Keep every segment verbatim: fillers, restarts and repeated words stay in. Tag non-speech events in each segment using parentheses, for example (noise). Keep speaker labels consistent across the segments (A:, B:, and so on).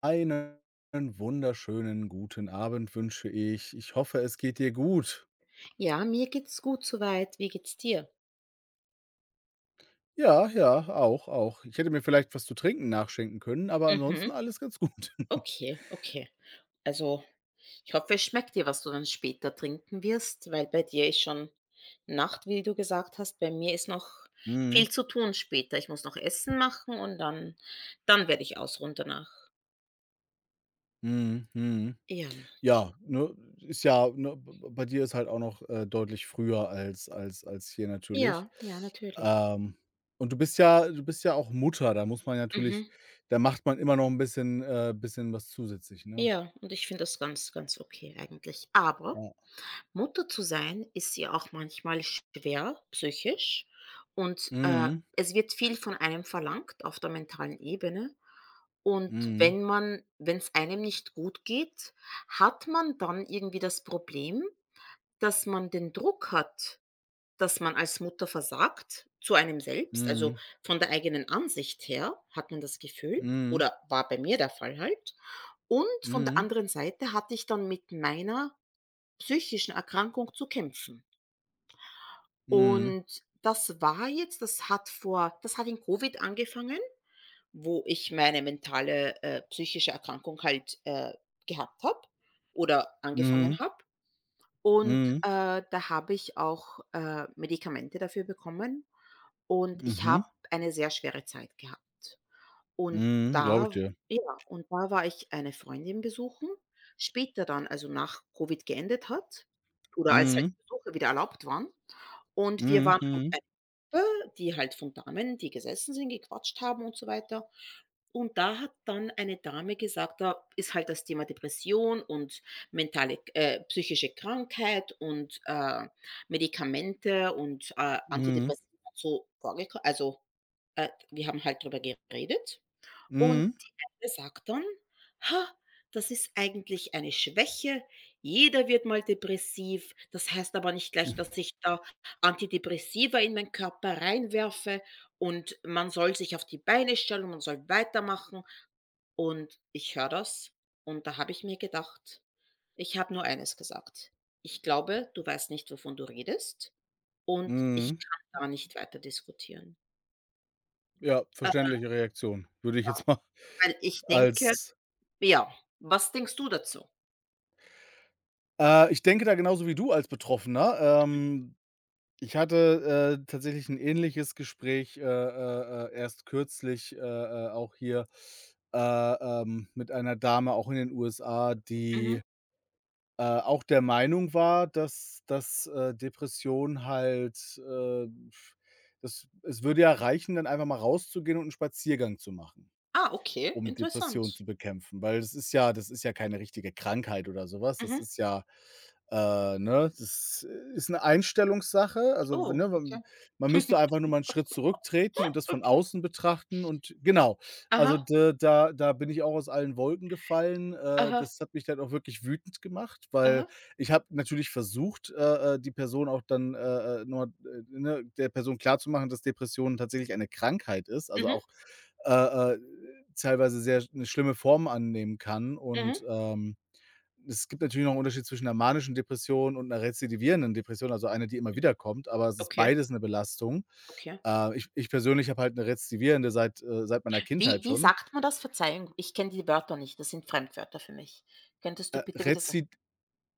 A: Einen wunderschönen guten Abend wünsche ich. Ich hoffe, es geht dir gut.
B: Ja, mir geht's gut soweit. Wie geht's dir?
A: Ja, ja, auch, auch. Ich hätte mir vielleicht was zu trinken nachschenken können, aber ansonsten
B: Mhm.
A: alles ganz gut. (laughs)
B: Okay, okay. Also, ich hoffe, es schmeckt dir, was du dann später trinken wirst, weil bei dir ist schon Nacht, wie du gesagt hast. Bei mir ist noch
A: Mhm,
B: viel zu tun später. Ich muss noch Essen machen und dann dann werde ich ausruhen danach.
A: mhm, mhm.
B: Ja.
A: Ja, ne, ist ja, ne, b b bei dir ist halt auch noch, äh, deutlich früher als als als hier natürlich.
B: Ja, ja, natürlich.
A: Ähm, und du bist ja du bist ja auch Mutter, da muss man natürlich,
B: Mhm.
A: da macht man immer noch ein bisschen, äh, bisschen was zusätzlich, ne?
B: Ja, und ich finde das ganz, ganz okay eigentlich. Aber
A: Ja.
B: Mutter zu sein ist ja auch manchmal schwer psychisch und, äh,
A: Mhm,
B: es wird viel von einem verlangt auf der mentalen Ebene. Und
A: mhm,
B: wenn man wenn es einem nicht gut geht, hat man dann irgendwie das Problem, dass man den Druck hat, dass man als Mutter versagt zu einem selbst. Also,
A: mhm.
B: von der eigenen Ansicht her hat man das Gefühl
A: Mhm.
B: oder war bei mir der Fall halt. Und von der
A: Mhm.
B: anderen Seite hatte ich dann mit meiner psychischen Erkrankung zu kämpfen.
A: Mhm.
B: Und das war jetzt das hat vor das hat in Covid angefangen, wo ich meine mentale, äh psychische Erkrankung halt, äh, gehabt habe oder angefangen
A: Mhm.
B: habe. Und,
A: Mhm.
B: äh, da habe ich auch, äh, Medikamente dafür bekommen und ich
A: Mhm.
B: habe eine sehr schwere Zeit gehabt. Und
A: Mhm. Glaube ich
B: da
A: dir.
B: Ja, und da war ich eine Freundin besuchen, später dann, also nach Covid geendet hat oder als halt
A: Mhm.
B: Besuche wieder erlaubt waren. Und wir waren
A: Mhm.
B: halt die halt von Damen, die gesessen sind, gequatscht haben und so weiter. Und da hat dann eine Dame gesagt, da ist halt das Thema Depression und mentale, äh, psychische Krankheit und äh, Medikamente und äh,
A: Mhm.
B: Antidepressiva so vorgekommen. Also äh, wir haben halt darüber geredet. Und
A: Mhm.
B: die eine sagt dann: „Ha, das ist eigentlich eine Schwäche. Jeder wird mal depressiv. Das heißt aber nicht gleich, dass
A: Mhm.
B: ich da Antidepressiva in meinen Körper reinwerfe und man soll sich auf die Beine stellen und man soll weitermachen.“ Und ich höre das und da habe ich mir gedacht, ich habe nur eines gesagt: „Ich glaube, du weißt nicht, wovon du redest und ich
A: Mhm.
B: kann da nicht weiter diskutieren.“
A: Ja,
B: Äh,
A: verständliche Reaktion, würde ich jetzt (laughs) mal
B: weil ich denke
A: als
B: Ja, was denkst du dazu?
A: äh, ich denke da genauso wie du als Betroffener. Ähm, ich hatte, äh, tatsächlich ein ähnliches Gespräch, äh, äh, äh, erst kürzlich, äh, äh, auch hier, äh, ähm, mit einer Dame auch in den U S A,
B: Mhm.
A: die, Äh, auch der Meinung war, dass dass, äh, Depression halt, äh, das es würde ja reichen, dann einfach mal rauszugehen und einen Spaziergang zu machen,
B: Ah, okay,
A: um Depressionen
B: interessant.
A: zu bekämpfen, weil das ist ja das ist ja keine richtige Krankheit oder sowas. Das
B: Mhm.
A: ist ja, äh, ne, das äh, ist eine Einstellungssache. Also,
B: Oh,
A: ne, man man
B: okay.
A: müsste
B: (laughs)
A: einfach nur mal einen Schritt zurücktreten und das von
B: Okay.
A: außen betrachten, und genau. Also,
B: Aha,
A: d da da bin ich auch aus allen Wolken gefallen. Äh,
B: aha,
A: das hat mich dann auch wirklich wütend gemacht,
B: aha.
A: weil ich habe natürlich versucht, äh, äh, die Person auch dann, äh, äh, nur, äh, ne, der Person klarzumachen, dass Depression tatsächlich eine Krankheit ist. Also,
B: Mhm,
A: auch äh, äh teilweise sehr eine schlimme Form annehmen kann,
B: mhm.
A: und, ähm, es gibt natürlich noch 'n Unterschied zwischen einer manischen Depression und einer rezidivierenden Depression, also eine, die immer wiederkommt, aber es ist
B: Okay,
A: beides eine Belastung.
B: okay.
A: Äh, ich ich persönlich habe halt eine rezidivierende seit, äh seit meiner
B: Wie
A: Kindheit
B: wie
A: schon.
B: sagt man das? Verzeihung, ich kenne die Wörter nicht, das sind Fremdwörter für mich. Könntest du
A: Äh,
B: bitte wieder sagen?
A: rezid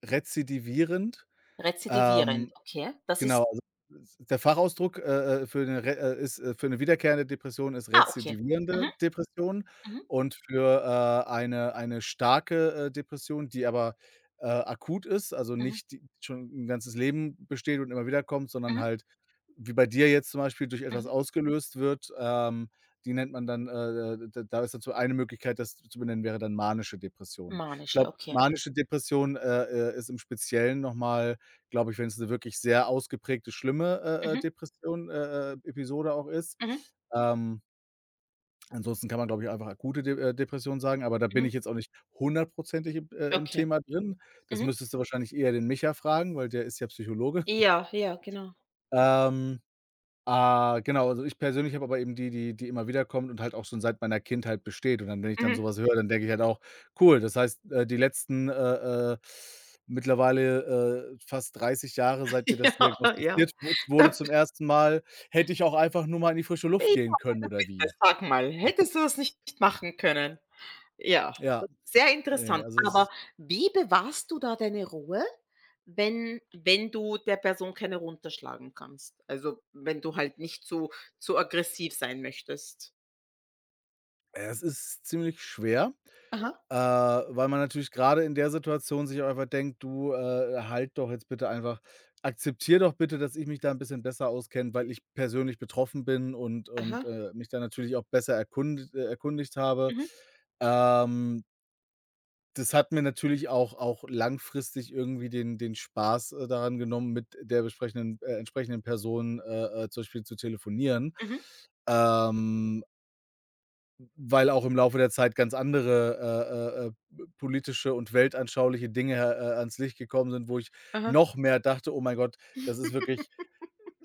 A: rezidivierend,
B: Rezidivierend,
A: ähm
B: okay. Das
A: genau,
B: ist
A: also, s der Fachausdruck, äh, äh, für eine re äh, ist äh, für eine wiederkehrende Depression ist
B: Ah, okay.
A: rezidivierende
B: Mhm,
A: Depression,
B: mhm,
A: und für, äh, eine eine starke, äh, Depression, die aber, äh, akut ist, also
B: mhm,
A: nicht die schon ein ganzes Leben besteht und immer wieder kommt, sondern
B: mhm,
A: halt wie bei dir jetzt zum Beispiel durch etwas
B: mhm.
A: ausgelöst wird, ähm, die nennt man dann, äh, äh, da ist dazu eine Möglichkeit, das zu benennen, wäre dann manische Depression. Ich
B: Manische,
A: glaube,
B: okay.
A: manische Depression, äh, äh, ist im Speziellen noch mal, glaube ich, wenn es eine wirklich sehr ausgeprägte, schlimme, äh, äh,
B: Mhm,
A: Depression äh, äh, Episode auch ist.
B: mhm,
A: Ähm, ansonsten kann man, glaube ich, einfach akute, De äh, Depression sagen, aber da bin
B: mhm.
A: ich jetzt auch nicht hundertprozentig im äh, im
B: Okay.
A: Thema drin. Das
B: Mhm.
A: müsstest du wahrscheinlich eher den Micha fragen, weil der ist ja Psychologe.
B: Ja, ja, genau.
A: Ähm Ah, genau, also ich persönlich habe aber eben die, die die immer wieder kommt und halt auch schon seit meiner Kindheit besteht. Und dann, wenn ich dann
B: Mhm.
A: sowas höre, dann denke ich halt auch: „Cool, das heißt, äh, die letzten, äh, äh, mittlerweile, äh, fast dreißig Jahre, seit mir
B: (laughs)
A: das
B: Ja, ja.
A: diagnostiziert wurd wurde
B: Da
A: zum
B: (laughs)
A: ersten Mal, hätte ich auch einfach nur mal in die frische Luft gehen können,
B: Ja,
A: oder
B: bitte
A: wie?"
B: sag mal,
A: Ja,
B: hättest du das nicht machen können? Ja,
A: ja,
B: das ist sehr
A: ne,
B: interessant.
A: also
B: Aber
A: es
B: wie bewahrst du da deine Ruhe, wenn wenn du der Person keine runterschlagen kannst? Also, wenn du halt nicht zu zu aggressiv sein möchtest?
A: es ist ziemlich schwer.
B: Aha,
A: Äh, weil man natürlich gerade in der Situation sich auch einfach denkt: „Du, äh, halt doch jetzt bitte einfach, akzeptier doch bitte, dass ich mich da ein bisschen besser auskenne, weil ich persönlich betroffen bin und und,
B: aha.
A: äh, mich da natürlich auch besser, erkund äh, erkundigt habe."
B: Mhm,
A: Ähm, das hat mir natürlich auch auch langfristig irgendwie den den Spaß, äh, daran genommen, mit der, besprechenden äh, entsprechenden Person, äh, äh, zum Beispiel zu telefonieren.
B: mhm,
A: Ähm Weil auch im Laufe der Zeit ganz andere, äh, äh, äh, politische und weltanschauliche Dinge, äh, äh, ans Licht gekommen sind, wo ich
B: aha.
A: noch mehr dachte: „Oh mein Gott, das ist wirklich,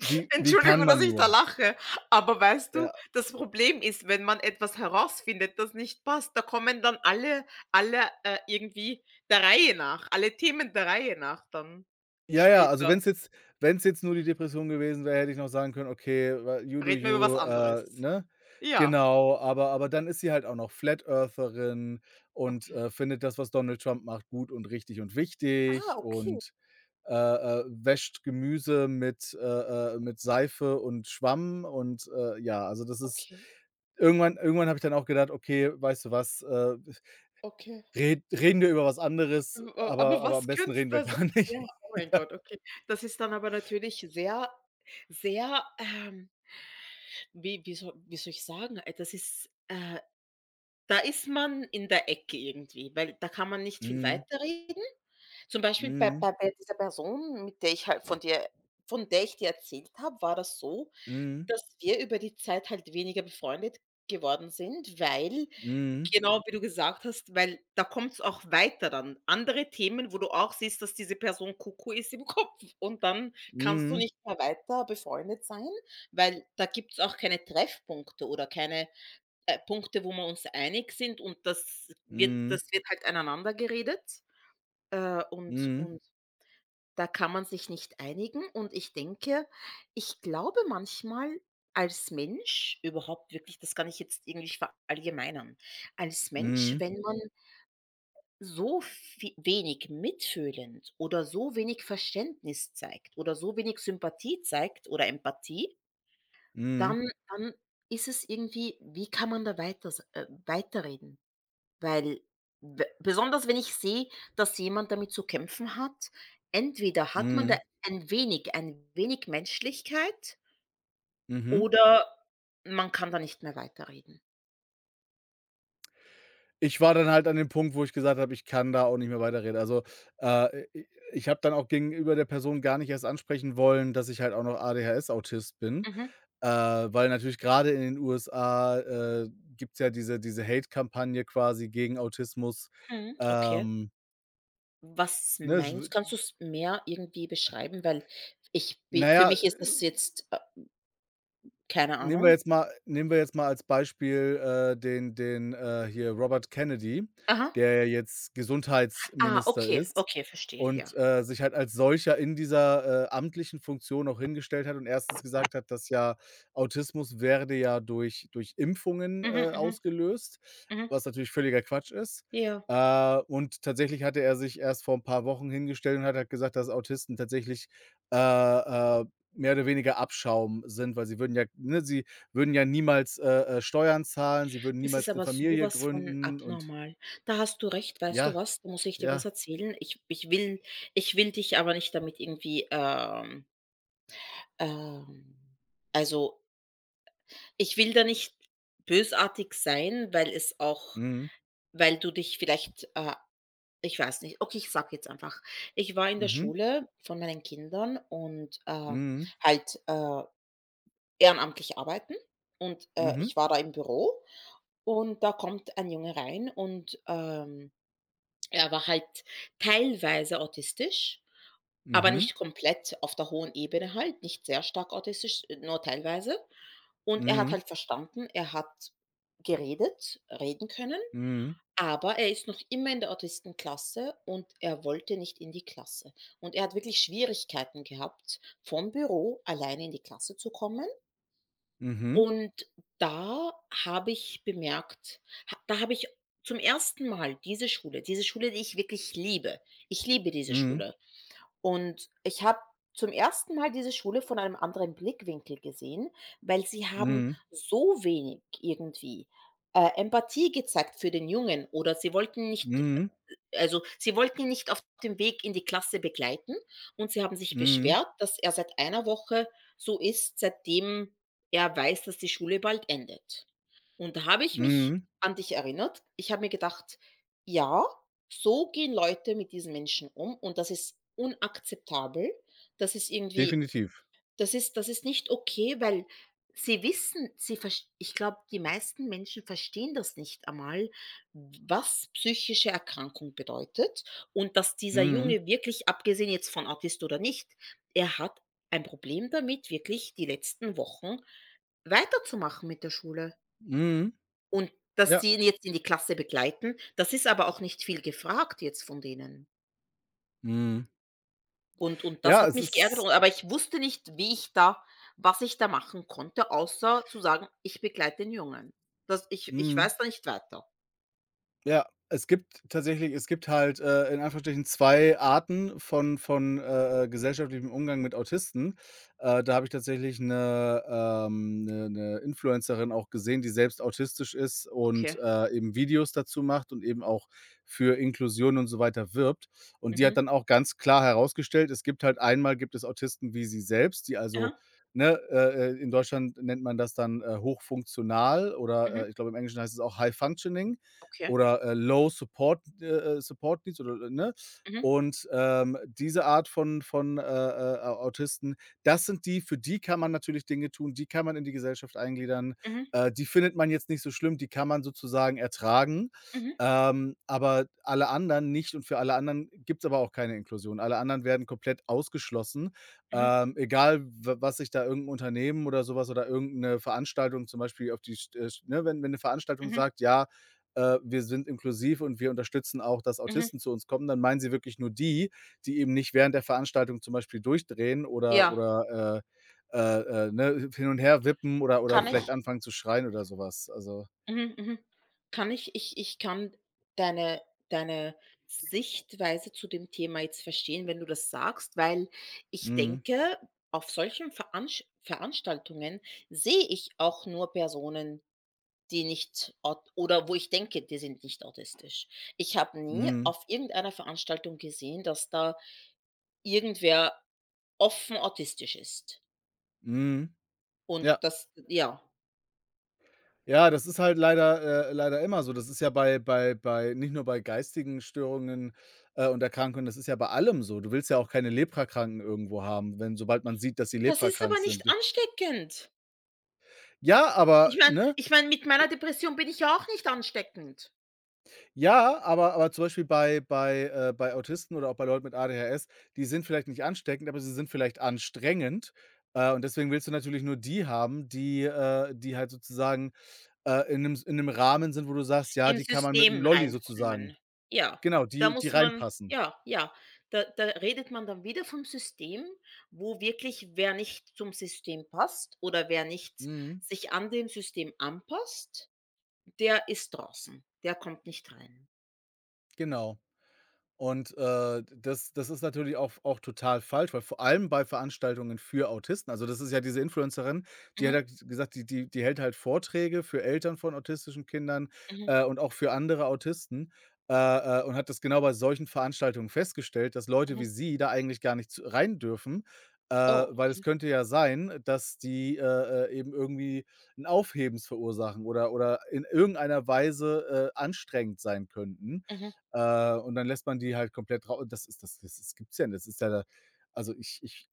B: (laughs)
A: wie kann
B: Entschuldigung, dass
A: man
B: ich da
A: nur?"
B: lache, aber weißt du,
A: Ja.
B: das Problem ist, wenn man etwas herausfindet, das nicht passt, da kommen dann alle alle, äh, irgendwie der Reihe nach alle Themen der Reihe nach dann
A: Ja, ja, also wenn
B: später.
A: es jetzt wenn's jetzt nur die Depression gewesen wäre, hätte ich noch sagen können: „Okay, wa you do
B: Reden wir über was
A: you",
B: anderes.
A: äh, ne?
B: Ja.
A: Genau, aber aber dann ist sie halt auch noch Flat Eartherin und,
B: Okay.
A: äh, findet das, was Donald Trump macht, gut und richtig und
B: Ah,
A: wichtig,
B: okay.
A: und, äh, äh, wäscht Gemüse mit, äh, äh mit Seife und Schwamm, und, äh, ja, also das ist
B: Okay,
A: irgendwann irgendwann habe ich dann auch gedacht: „Okay, weißt du was, äh,
B: okay.
A: red reden wir über was
B: Äh,
A: anderes,
B: äh,
A: aber
B: aber
A: aber am
B: was
A: besten
B: können's
A: reden wir
B: da sein?
A: gar
B: Ja,
A: nicht
B: oh
A: (laughs)
B: mein
A: wieder."
B: Gott, okay. Das ist dann aber natürlich sehr, sehr, ähm wie wie soll wie soll ich sagen? Äh, das ist äh, Da ist man in der Ecke irgendwie, weil da kann man nicht viel
A: Mhm.
B: weiterreden. Zum Beispiel bei
A: Mhm.
B: bei bei dieser Person, mit der ich halt von dir von der ich dir erzählt habe, war das so,
A: Mhm.
B: dass wir über die Zeit halt weniger befreundet geworden sind, weil
A: Mhm.
B: genau, wie du gesagt hast, weil da kommt es auch weiter dann. Andere Themen, wo du auch siehst, dass diese Person Kuckuck ist im (laughs) Kopf und dann kannst du
A: Mhm.
B: nicht mehr weiter befreundet sein, weil da gibt es auch keine Treffpunkte oder keine, äh, Punkte, wo wir uns einig sind und das wird
A: Mhm.
B: das wird halt aneinander geredet, äh, und
A: Mhm.
B: und da kann man sich nicht einigen und ich denke ich glaube manchmal als Mensch überhaupt wirklich, das kann ich jetzt irgendwie nicht verallgemeinern, als Mensch,
A: Mhm.
B: wenn man so vie wenig mitfühlend oder so wenig Verständnis zeigt oder so wenig Sympathie zeigt oder Empathie,
A: Mhm.
B: dann dann ist es irgendwie, wie kann man da weiter äh, weiterreden? Weil b besonders wenn ich sehe, dass jemand damit zu kämpfen hat, entweder hat man da
A: Mhm.
B: ein wenig ein wenig Menschlichkeit
A: Mhm.
B: oder man kann da nicht mehr weiterreden.
A: Ich war dann halt an dem Punkt, wo ich gesagt habe, ich kann da auch nicht mehr weiterreden. Also, äh, i ich habe dann auch gegenüber der Person gar nicht erst ansprechen wollen, dass ich halt auch noch A D H S-Autist bin,
B: Mhm,
A: äh, weil natürlich gerade in den U S A, äh, gibt's ja diese diese Hate-Kampagne quasi gegen Autismus.
B: mhm, okay.
A: Ähm,
B: Was
A: ne, es w
B: meinst Kannst du es mehr irgendwie beschreiben? Weil ich
A: na
B: bi
A: ja,
B: für mich ist das jetzt, äh, keine
A: Nehmen wir
B: Ahnung.
A: jetzt mal nehmen wir jetzt mal als Beispiel, äh, den den, äh, hier Robert Kennedy,
B: Aha.
A: der ja jetzt
B: Ah,
A: Gesundheitsminister
B: okay,
A: ist,
B: okay, verstehe, ja.
A: und, äh, sich halt als solcher in dieser, äh, amtlichen Funktion auch hingestellt hat und erstens gesagt hat, dass ja Autismus werde ja durch durch Impfungen,
B: Mhm,
A: äh,
B: mhm,
A: ausgelöst,
B: mhm.
A: was natürlich völliger Quatsch ist.
B: Ja,
A: Äh, und tatsächlich hatte er sich erst vor ein paar Wochen hingestellt und hat halt gesagt, dass Autisten tatsächlich, äh, äh, Mehr oder weniger Abschaum sind, weil sie würden ja, ne, sie würden ja niemals, äh, äh, Steuern zahlen, sie würden
B: das ist
A: niemals eine
B: aber
A: Familie
B: sowas von
A: gründen, und
B: abnormal. Da hast du recht, weißt du
A: ja,
B: was? Da muss ich dir was
A: ja.
B: erzählen. Ich ich will ich will dich aber nicht damit irgendwie, ähm, ähm also, ich will da nicht bösartig sein, weil es auch,
A: Mhm,
B: weil du dich vielleicht, äh, ich weiß nicht. Okay, ich sage jetzt einfach. Ich war in der
A: mhm,
B: Schule von meinen Kindern und, äh,
A: mhm,
B: halt, äh, ehrenamtlich arbeiten und, äh,
A: mhm,
B: ich war da im Büro und da kommt ein Junge rein und, ähm, er war halt teilweise autistisch, aber
A: mhm,
B: nicht komplett auf der hohen Ebene halt, nicht sehr stark autistisch, äh, nur teilweise. Und er hat
A: mhm,
B: halt verstanden, er hat geredet, reden können,
A: mhm,
B: aber er ist noch immer in der Autistenklasse und er wollte nicht in die Klasse. Und er hat wirklich Schwierigkeiten gehabt, vom Büro alleine in die Klasse zu kommen.
A: mhm,
B: Und da habe ich bemerkt, ha da habe ich zum ersten Mal diese Schule diese Schule, die ich wirklich liebe. Ich liebe diese
A: mhm,
B: Schule. Und ich habe zum ersten Mal diese Schule von einem anderen Blickwinkel gesehen, weil sie haben
A: mhm,
B: so wenig irgendwie, äh, Empathie gezeigt für den Jungen oder sie wollten nicht
A: mhm,
B: also, sie wollten ihn nicht auf dem Weg in die Klasse begleiten und sie haben sich
A: mhm,
B: beschwert, dass er seit einer Woche so ist, seitdem er weiß, dass die Schule bald endet. Und da habe ich mich
A: mhm,
B: an dich erinnert. Ich habe mir gedacht: „Ja, so gehen Leute mit diesen Menschen um und das ist unakzeptabel. Das ist irgendwie
A: definitiv.
B: das ist das ist nicht okay, weil sie wissen sie verst ich glaube, die meisten Menschen verstehen das nicht einmal, was psychische Erkrankung bedeutet und dass dieser
A: Mhm,
B: Junge wirklich, abgesehen jetzt von Autist oder nicht, er hat ein Problem damit, wirklich die letzten Wochen weiterzumachen mit der Schule.
A: mhm,
B: Und dass
A: ja,
B: sie ihn jetzt in die Klasse begleiten, das ist aber auch nicht viel gefragt jetzt von denen.
A: mhm.
B: Und und das
A: Ja,
B: hat
A: es
B: mich geärgert,
A: ist,
B: und aber ich wusste nicht, wie ich da was ich da machen konnte, außer zu sagen: „Ich begleite den Jungen.“ Das ich ich
A: mhm.
B: weiß da nicht weiter.
A: Ja, es gibt tatsächlich es gibt halt, äh, in Anführungsstrichen zwei Arten von von, äh, äh, gesellschaftlichem Umgang mit Autisten. Äh, da habe ich tatsächlich eine ähm 'ne 'ne Influencerin auch gesehen, die selbst autistisch ist und,
B: Okay.
A: äh, eben Videos dazu macht und eben auch für Inklusion und so weiter wirbt. Und die
B: Mhm.
A: hat dann auch ganz klar herausgestellt, es gibt halt einmal gibt es Autisten wie sie selbst, die, also,
B: Aha.
A: ne, äh, äh, in Deutschland nennt man das dann, äh, hochfunktional,
B: Mhm.
A: oder, äh, ich glaube, im Englischen heißt es auch High Functioning,
B: Okay.
A: oder, äh, Low Support, äh, Support Needs, oder, äh, ne?
B: Mhm.
A: Und, ähm, diese Art von von, äh, äh, Autisten, das sind die, für die kann man natürlich Dinge tun, die kann man in die Gesellschaft eingliedern.
B: Mhm.
A: Äh, die findet man jetzt nicht so schlimm, die kann man sozusagen ertragen.
B: Mhm.
A: Ähm, aber alle anderen nicht, und für alle anderen gibt's aber auch keine Inklusion. Alle anderen werden komplett ausgeschlossen,
B: Mhm.
A: ähm, egal w was sich da irgendein Unternehmen oder sowas, oder irgendeine Veranstaltung zum Beispiel, auf die st äh, ne, wenn wenn eine Veranstaltung
B: Mhm.
A: sagt: „Ja, äh, wir sind inklusiv und wir unterstützen auch, dass
B: Mhm.
A: Autisten zu uns kommen", dann meinen sie wirklich nur die, die eben nicht während der Veranstaltung zum Beispiel durchdrehen oder
B: Ja.
A: oder, äh, äh, äh, ne, hin und her wippen, oder oder
B: Kann
A: vielleicht
B: ich?
A: anfangen zu schreien oder sowas. Also,
B: Mhm. Mhm. Kann ich ich ich kann deine deine Sichtweise zu dem Thema jetzt verstehen, wenn du das sagst, weil ich
A: mhm,
B: denke, auf solchen Veransch Veranstaltungen sehe ich auch nur Personen, Die nicht aut oder wo ich denke, die sind nicht autistisch. Ich habe nie
A: mhm,
B: auf irgendeiner Veranstaltung gesehen, dass da irgendwer offen autistisch ist.
A: mhm.
B: Und
A: Ja.
B: das ja.
A: Ja, das ist halt leider, äh, leider immer so. Das ist ja bei bei bei nicht nur bei geistigen Störungen, äh, und Erkrankungen, das ist ja bei allem so. Du willst ja auch keine Leprakranken irgendwo haben, wenn, sobald man sieht, dass sie
B: Das ist aber
A: leprakrank
B: nicht
A: sind.
B: ansteckend.
A: Ja, aber,
B: Ich meine
A: ne?
B: ich meine, mit meiner Depression bin ich ja auch nicht ansteckend.
A: Ja, aber aber zum Beispiel bei bei, äh bei Autisten oder auch bei Leuten mit A D H S, die sind vielleicht nicht ansteckend, aber sie sind vielleicht anstrengend. Äh, und deswegen willst du natürlich nur die haben, die, äh, die halt sozusagen, äh, in einem, in einem Rahmen sind, wo du sagst: „Ja,
B: Im
A: die kann man mit 'm
B: System
A: Lolli sozusagen",
B: reinkommen. Ja,
A: genau,
B: da
A: die die
B: muss man
A: reinpassen.
B: ja, ja, da da redet man dann wieder vom System, wo wirklich wer nicht zum System passt oder wer nicht
A: Mhm,
B: sich an dem System anpasst, der ist draußen. Der kommt nicht rein.
A: genau. Und, äh, das das ist natürlich auch auch total falsch, weil vor allem bei Veranstaltungen für Autisten, also, das ist ja diese Influencerin, die hat
B: Mhm,
A: halt gesagt, die die die hält halt Vorträge für Eltern von autistischen Kindern,
B: mhm,
A: äh, und auch für andere Autisten, äh, äh, und hat das genau bei solchen Veranstaltungen festgestellt, dass Leute wie
B: mhm.
A: sie da eigentlich gar nicht z rein dürfen, äh,
B: Oh,
A: weil es könnte ja sein, dass die, äh, äh, eben irgendwie ein Aufhebens verursachen oder oder in irgendeiner Weise, äh, anstrengend sein könnten.
B: mhm,
A: Äh, und dann lässt man die halt komplett, rau das ist das das das gibt's ja nicht. Das ist ja, also, ich, ich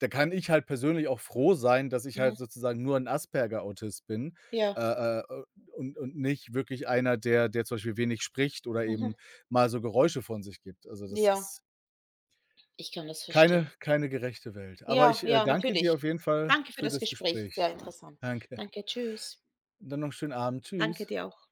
A: da kann ich halt persönlich auch froh sein, dass ich halt
B: mhm.
A: sozusagen nur ein Asperger-Autist bin, äh,
B: Ja,
A: äh, und und nicht wirklich einer, der, der zum Beispiel wenig spricht oder
B: mhm,
A: eben mal so Geräusche von sich gibt. Also, das
B: ja,
A: ist
B: ich kann das
A: keine
B: verstehen.
A: keine gerechte Welt. Aber
B: Ja,
A: ich, äh,
B: ja,
A: danke dir auf
B: natürlich.
A: jeden Fall
B: Danke für
A: für
B: das
A: das
B: Gespräch, sehr
A: Gespräch.
B: interessant.
A: Danke.
B: Danke, tschüss.
A: Dann noch 'n schönen Abend.
B: Danke
A: Tschüss.
B: dir auch.